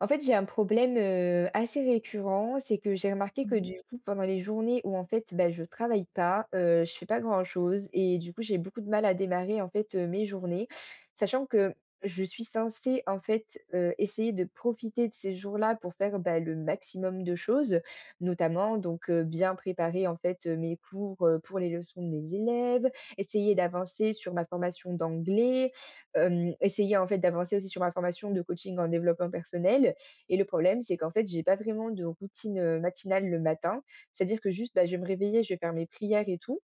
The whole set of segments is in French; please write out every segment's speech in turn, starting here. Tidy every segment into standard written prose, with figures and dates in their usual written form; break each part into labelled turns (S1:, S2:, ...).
S1: En fait, j'ai un problème, assez récurrent, c'est que j'ai remarqué
S2: Mmh
S1: que du
S2: mh.
S1: coup, pendant les journées où en fait, bah, je travaille pas, je fais pas grand-chose et du coup, j'ai beaucoup de mal à démarrer en fait, mes journées. Sachant que je suis censée en fait, essayer de profiter de ces jours-là pour faire, bah, le maximum de choses, notamment donc, bien préparer en fait, mes cours, pour les leçons de mes élèves, essayer d'avancer sur ma formation d'anglais, essayer en fait d'avancer aussi sur ma formation de coaching en développement personnel. Et le problème, c'est qu'en fait, j'ai pas vraiment de routine, matinale le matin. C'est-à-dire que juste, bah, je vais me réveiller, je vais faire mes prières et tout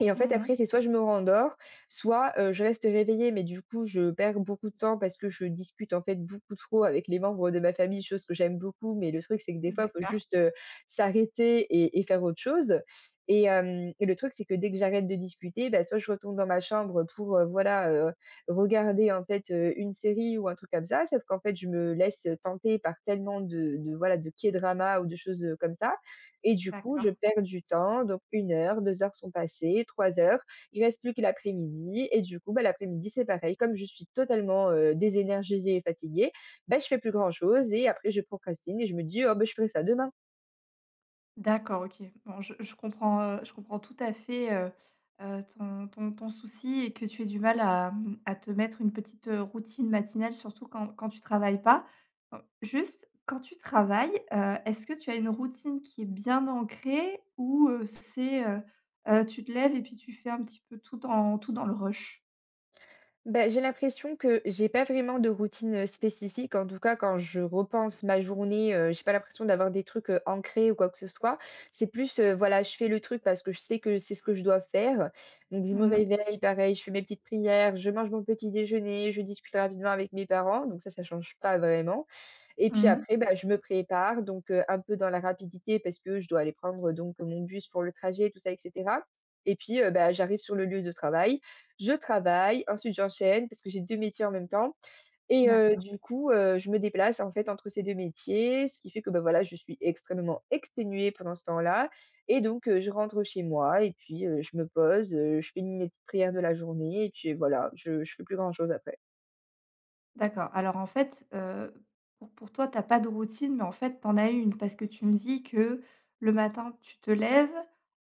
S1: et en fait, après,
S2: Mmh.
S1: c'est soit je me rendors, soit, je reste réveillée, mais du coup, je perds beaucoup de temps parce que je discute, en fait, beaucoup trop avec les membres de ma famille, chose que j'aime beaucoup, mais le truc, c'est que des fois, il faut
S2: D'accord,
S1: juste, s'arrêter et faire autre chose. Et le truc, c'est que dès que j'arrête de discuter, bah, soit je retourne dans ma chambre pour, voilà, regarder, en fait, une série ou un truc comme ça, sauf qu'en fait, je me laisse tenter par tellement de, voilà, de k drama ou de choses, comme ça et du coup, je
S2: d'accord.
S1: perds du temps, donc 1 heure, 2 heures sont passées, 3 heures. Il reste plus que l'après-midi et du coup, bah, l'après-midi, c'est pareil. Comme je suis totalement, désénergisée et fatiguée, bah, je fais plus grand chose et après je procrastine et je me dis: «Oh, beh, je ferai ça demain».
S2: D'accord, OK. Bon, je comprends, je comprends tout à fait, ton souci et que tu aies du mal à, à te mettre une petite, routine matinale, surtout quand tu travailles pas. Juste, quand tu travailles, est-ce que tu as une routine qui est bien ancrée ou, c'est, tu te lèves et puis tu fais un petit peu tout dans le rush?
S1: Bah, j'ai l'impression que j'ai pas vraiment de routine, spécifique. En tout cas, quand je repense ma journée, j'ai pas l'impression d'avoir des trucs, ancrés ou quoi que ce soit. C'est plus, voilà, je fais le truc parce que je sais que c'est ce que je dois faire. Donc je me
S2: Mmh mh.
S1: réveille, pareil, je fais mes petites prières, je mange mon petit déjeuner, je discute rapidement avec mes parents, donc ça change pas vraiment. Et puis
S2: Mmh.
S1: après, bah, je me prépare donc, un peu dans la rapidité parce que je dois aller prendre donc mon bus pour le trajet, tout ça et cetera. Et puis, bah, j'arrive sur le lieu de travail, je travaille, ensuite j'enchaîne parce que j'ai 2 métiers en même temps et
S2: D'accord.
S1: du coup, je me déplace en fait entre ces 2 métiers, ce qui fait que, bah, voilà, je suis extrêmement exténuée pendant ce temps-là et donc je rentre chez moi et puis, je me pose, je fais mes petites prières de la journée et puis voilà, je ne fais plus grand chose après.
S2: D'accord. Alors en fait, pour toi, t'as pas de routine, mais en fait, t'en en as une parce que tu me dis que le matin, tu te lèves,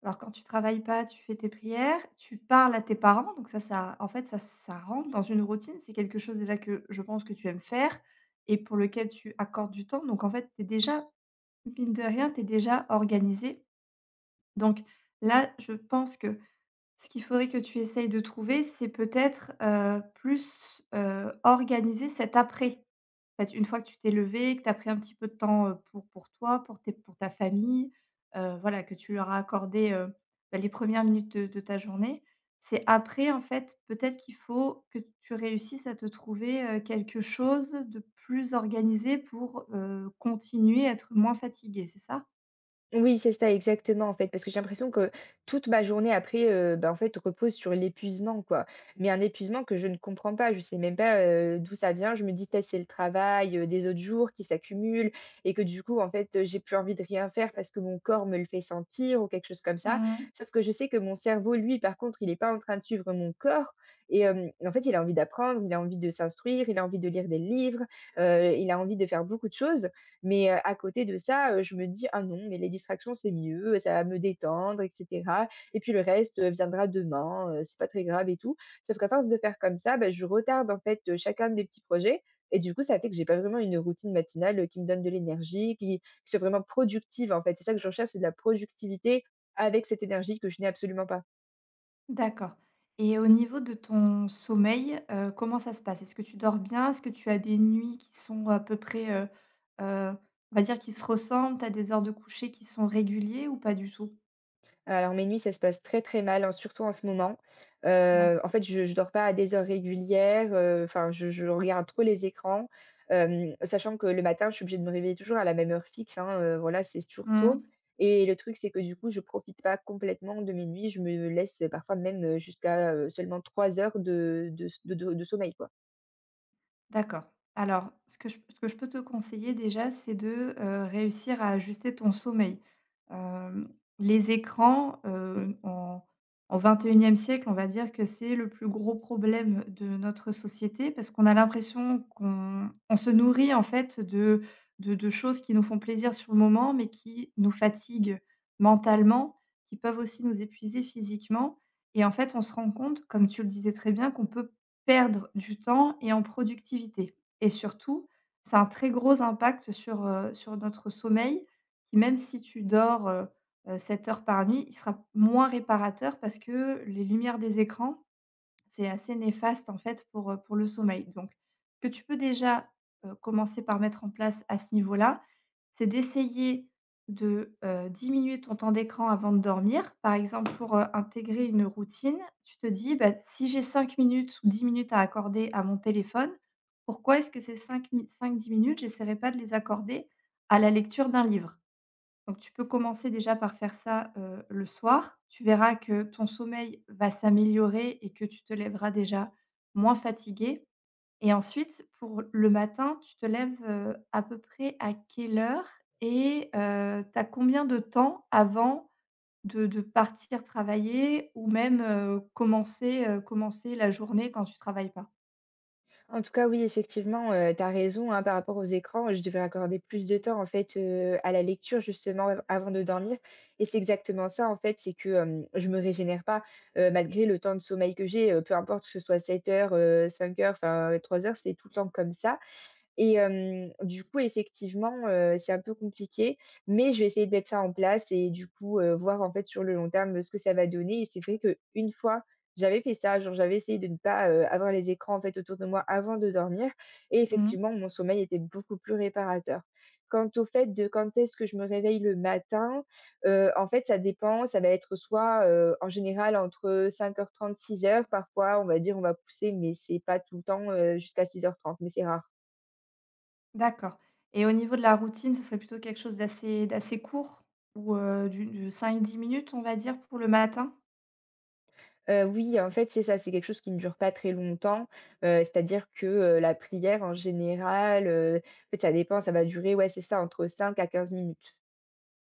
S2: alors quand tu travailles pas, tu fais tes prières, tu parles à tes parents, donc ça en fait, ça rentre dans une routine. C'est quelque chose déjà que je pense que tu aimes faire et pour lequel tu accordes du temps, donc en fait, t'es déjà, mine de rien, t'es déjà organisé. Donc là, je pense que ce qu'il faudrait que tu essayes de trouver, c'est peut-être, plus, organiser cet après. En fait, une fois que tu t'es levé, que tu as pris un petit peu de temps, pour toi, pour ta famille, voilà, que tu leur as accordé, bah, les premières minutes de ta journée. C'est après, en fait, peut-être qu'il faut que tu réussisses à te trouver, quelque chose de plus organisé pour, continuer à être moins fatigué, c'est ça?
S1: Oui, c'est ça, exactement, en fait, parce que j'ai l'impression que toute ma journée après, bah, en fait, repose sur l'épuisement, quoi. Mais un épuisement que je ne comprends pas, je sais même pas, d'où ça vient. Je me dis peut-être c'est le travail, des autres jours qui s'accumulent et que du coup, en fait, j'ai plus envie de rien faire parce que mon corps me le fait sentir ou quelque chose comme ça. Sauf que je sais que mon cerveau, lui, par contre, il est pas en train de suivre mon corps et en fait, il a envie d'apprendre, il a envie de s'instruire, il a envie de lire des livres, il a envie de faire beaucoup de choses mais à côté de ça, je me dis: «Ah non, mais les distractions, c'est mieux, ça va me détendre et cetera et puis le reste, viendra demain, c'est pas très grave et tout». Sauf qu'à force de faire comme ça, bah, je retarde en fait, chacun de mes petits projets et du coup, ça fait que j'ai pas vraiment une routine matinale, qui me donne de l'énergie, qui soit vraiment productive en fait. C'est ça que je recherche, c'est de la productivité avec cette énergie que je n'ai absolument pas.
S2: D'accord, et au niveau de ton sommeil, comment ça se passe? Est-ce que tu dors bien? Est-ce que tu as des nuits qui sont à peu près, heu, on va dire qui se ressemblent? Tu as des heures de coucher qui sont réguliers ou pas du tout?
S1: Alors mes nuits, ça se passe très, très mal, hein, surtout en ce moment.
S2: D'acc
S1: En fait, je dors pas à des heures régulières, enfin, je regarde trop les écrans, sachant que le matin, je suis obligée de me réveiller toujours à la même heure fixe, hein, voilà, c'est toujours
S2: Mmh.
S1: tôt et le truc, c'est que du coup, je profite pas complètement de mes nuits. Je me laisse parfois même, jusqu'à, seulement 3 heures de sommeil, quoi.
S2: D'accord. Alors, ce que je peux te conseiller déjà, c'est de, réussir à ajuster ton sommeil. Hem, les écrans, en 21e siècle, on va dire que c'est le plus gros problème de notre société parce qu'on a l'impression qu'on on se nourrit en fait de choses qui nous font plaisir sur le moment, mais qui nous fatiguent mentalement, qui peuvent aussi nous épuiser physiquement et en fait, on se rend compte, comme tu le disais très bien, qu'on peut perdre du temps et en productivité et surtout, ça a un très gros impact sur, sur notre sommeil qui même si tu dors, 7 heures par nuit, il sera moins réparateur parce que les lumières des écrans c'est assez néfaste en fait pour le sommeil. Donc ce que tu peux déjà, commencer par mettre en place à ce niveau-là, c'est d'essayer de, diminuer ton temps d'écran avant de dormir. Par exemple, pour, intégrer une routine, tu te dis: «Bah, si j'ai 5 minutes ou 10 minutes à accorder à mon téléphone, pourquoi est-ce que ces 5 mi 5 minutes, j'essaierais pas de les accorder à la lecture d'un livre?» Donc tu peux commencer déjà par faire ça, le soir. Tu verras que ton sommeil va s'améliorer et que tu te lèveras déjà moins fatigué et ensuite pour le matin, tu te lèves, à peu près à quelle heure et tu as combien de temps avant de partir travailler ou même, commencer, commencer la journée quand tu travailles pas?
S1: En tout cas, oui, effectivement, tu as raison, hein, par rapport aux écrans, je devrais accorder plus de temps, en fait, à la lecture, justement, av avant de dormir et c'est exactement ça, en fait, c'est que, je me régénère pas, malgré le temps de sommeil que j'ai, peu importe que ce soit 7 heures, 5 heures, enfin, 3 heures, c'est tout le temps comme ça et du coup, effectivement, c'est un peu compliqué, mais je vais essayer de mettre ça en place et du coup, voir en fait sur le long terme, ce que ça va donner. Et c'est vrai qu'une fois, j'avais fait ça, genre j'avais essayé de ne pas, avoir les écrans en fait autour de moi avant de dormir et
S2: Mmh.
S1: effectivement, mon sommeil était beaucoup plus réparateur. Quant au fait de quand est-ce que je me réveille le matin, en fait, ça dépend, ça va être soit, en général entre, cinq heures trente-six heures, parfois on va dire on va pousser, mais c'est pas tout le temps, jusqu'à 6h30, mais c'est rare.
S2: D'accord et au niveau de la routine, ce serait plutôt quelque chose d'assez court ou, du de cinq dix minutes, on va dire, pour le matin?
S1: Oui, en fait, c'est ça, c'est quelque chose qui ne dure pas très longtemps, c'est-à-dire que, la prière en général, en fait, ça dépend, ça va durer, ouais, c'est ça, entre 5 à 15 minutes.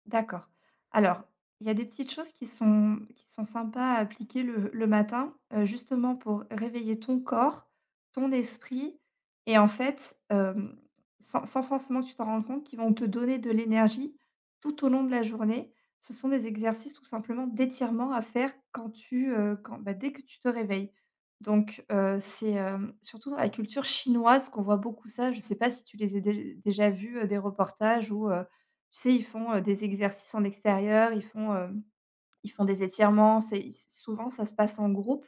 S2: D'accord. Alors, il y a des petites choses qui sont sympas à appliquer le matin, justement pour réveiller ton corps, ton esprit et en fait, sans forcément que tu t'en rendes compte, qui vont te donner de l'énergie tout au long de la journée. Ce sont des exercices tout simplement d'étirement à faire quand tu, quand bah, dès que tu te réveilles. Donc, c'est, surtout dans la culture chinoise qu'on voit beaucoup ça. Je ne sais pas si tu les as dé déjà vus, des reportages ou tu sais, ils font, des exercices en extérieur, ils font des étirements, c'est ils souvent ça se passe en groupe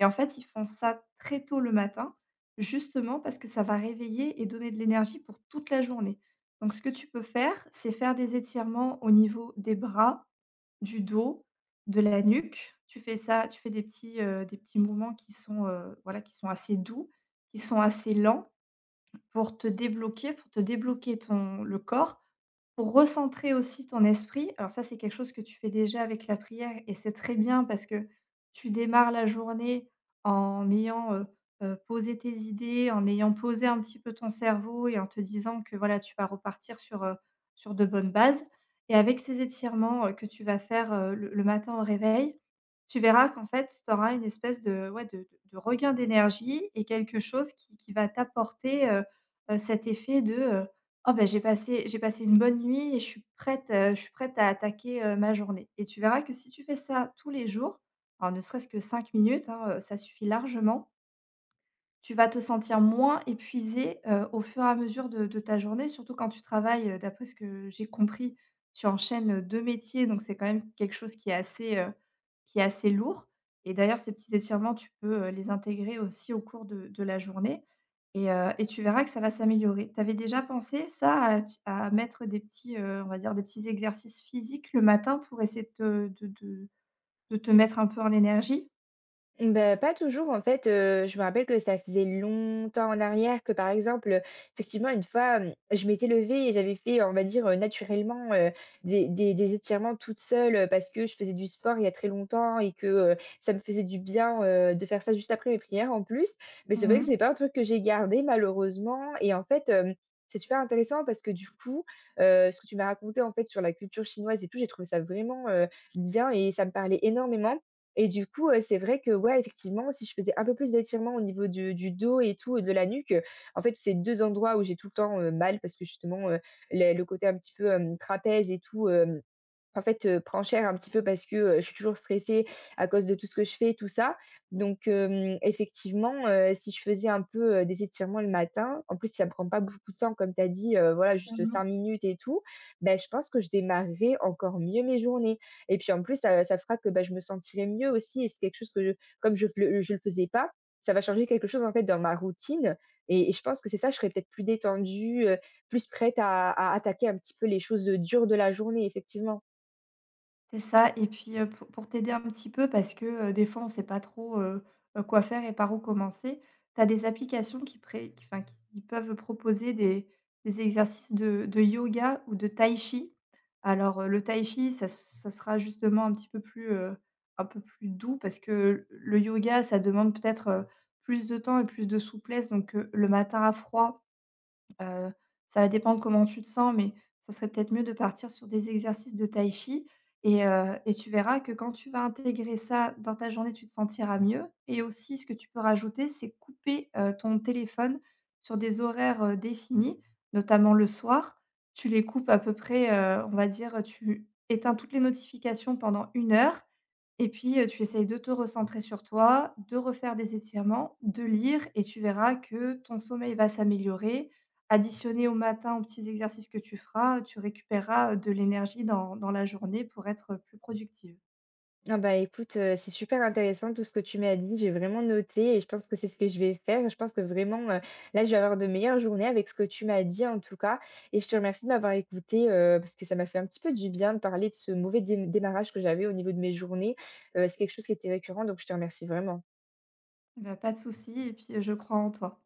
S2: et en fait, ils font ça très tôt le matin, justement parce que ça va réveiller et donner de l'énergie pour toute la journée. Donc ce que tu peux faire, c'est faire des étirements au niveau des bras, du dos, de la nuque. Tu fais ça, tu fais des petits mouvements qui sont, voilà, qui sont assez doux, qui sont assez lents pour te débloquer ton le corps pour recentrer aussi ton esprit, alors ça, c'est quelque chose que tu fais déjà avec la prière et c'est très bien parce que tu démarres la journée en ayant, posé tes idées, en ayant posé un petit peu ton cerveau et en te disant que voilà, tu vas repartir sur de bonnes bases et avec ces étirements, que tu vas faire, le matin au réveil, tu verras qu'en fait, tu auras une espèce de ouais, de regain d'énergie et quelque chose qui va t'apporter, cet effet de, Oh bah, j'ai passé une bonne nuit et je suis prête à attaquer, ma journée et tu verras que si tu fais ça tous les jours, alors ne serait-ce que 5 minutes, hein, ça suffit largement tu vas te sentir moins épuisé, au fur et à mesure de ta journée, surtout quand tu travailles, d'après ce que j'ai compris, tu enchaînes, 2 métiers, donc c'est quand même quelque chose qui est assez lourd et d'ailleurs ces petits étirements, tu peux, les intégrer aussi au cours de la journée et et tu verras que ça va s'améliorer. Tu avais déjà pensé ça à mettre on va dire des petits exercices physiques le matin pour essayer de te mettre un peu en énergie?
S1: Bah, pas toujours en fait, je me rappelle que ça faisait longtemps en arrière que par exemple, effectivement une fois, je m'étais levée et j'avais fait, on va dire, naturellement, des étirements toute seule, parce que je faisais du sport il y a très longtemps et que, ça me faisait du bien, de faire ça juste après mes prières en plus. Mais c'est vrai que
S2: Mmh.
S1: c'est pas un truc que j'ai gardé malheureusement et en fait, c'est super intéressant parce que du coup, ce que tu m'as raconté en fait sur la culture chinoise et tout, j'ai trouvé ça vraiment, bien et ça me parlait énormément. Et du coup, c'est vrai que, ouais, effectivement, si je faisais un peu plus d'étirements au niveau du dos et tout, et de la nuque, en fait, c'est 2 endroits où j'ai tout le temps, mal parce que justement, les le côté un petit peu, trapèze et tout, hem en fait, prend cher un petit peu parce que, je suis toujours stressée à cause de tout ce que je fais, tout ça. Donc effectivement, si je faisais un peu, des étirements le matin, en plus ça me prend pas beaucoup de temps comme tu as dit, voilà juste 5
S2: Mmh.
S1: minutes et tout. Ben, je pense que je démarrerais encore mieux mes journées. Et puis en plus ça ça fera que, ben je me sentirai mieux aussi et c'est quelque chose que je comme je le faisais pas, ça va changer quelque chose en fait dans ma routine et je pense que c'est ça, je serai peut-être plus détendue, plus prête à attaquer un petit peu les choses, dures de la journée, effectivement.
S2: C'est ça et puis, pour t'aider un petit peu parce que, des fois on ne sait pas trop, quoi faire et par où commencer, tu as des applications qui enfin, qui peuvent proposer des exercices de yoga ou de tai chi. Alors, le tai chi ça sera justement un petit peu plus, un peu plus doux parce que le yoga ça demande peut-être, plus de temps et plus de souplesse donc, le matin à froid. Heu, Ça va dépendre comment tu te sens, mais ça serait peut-être mieux de partir sur des exercices de tai chi et et tu verras que quand tu vas intégrer ça dans ta journée, tu te sentiras mieux et aussi ce que tu peux rajouter, c'est couper, ton téléphone sur des horaires, définis, notamment le soir. Tu les coupes à peu près, on va dire, tu éteins toutes les notifications pendant 1 heure et puis, tu essayes de te recentrer sur toi, de refaire des étirements, de lire et tu verras que ton sommeil va s'améliorer. Additionné au matin aux petits exercices que tu feras, tu récupéreras, de l'énergie dans la journée pour être, plus productive.
S1: Ah bah écoute, c'est super intéressant tout ce que tu m'as dit. J'ai vraiment noté et je pense que c'est ce que je vais faire. Je pense que vraiment, là, je vais avoir de meilleures journées avec ce que tu m'as dit en tout cas et je te remercie de m'avoir écouté parce que ça m'a fait un petit peu du bien de parler de ce mauvais dé démarrage que j'avais au niveau de mes journées. C'est quelque chose qui était récurrent, donc je te remercie vraiment.
S2: Bah, pas de souci et puis, je crois en toi.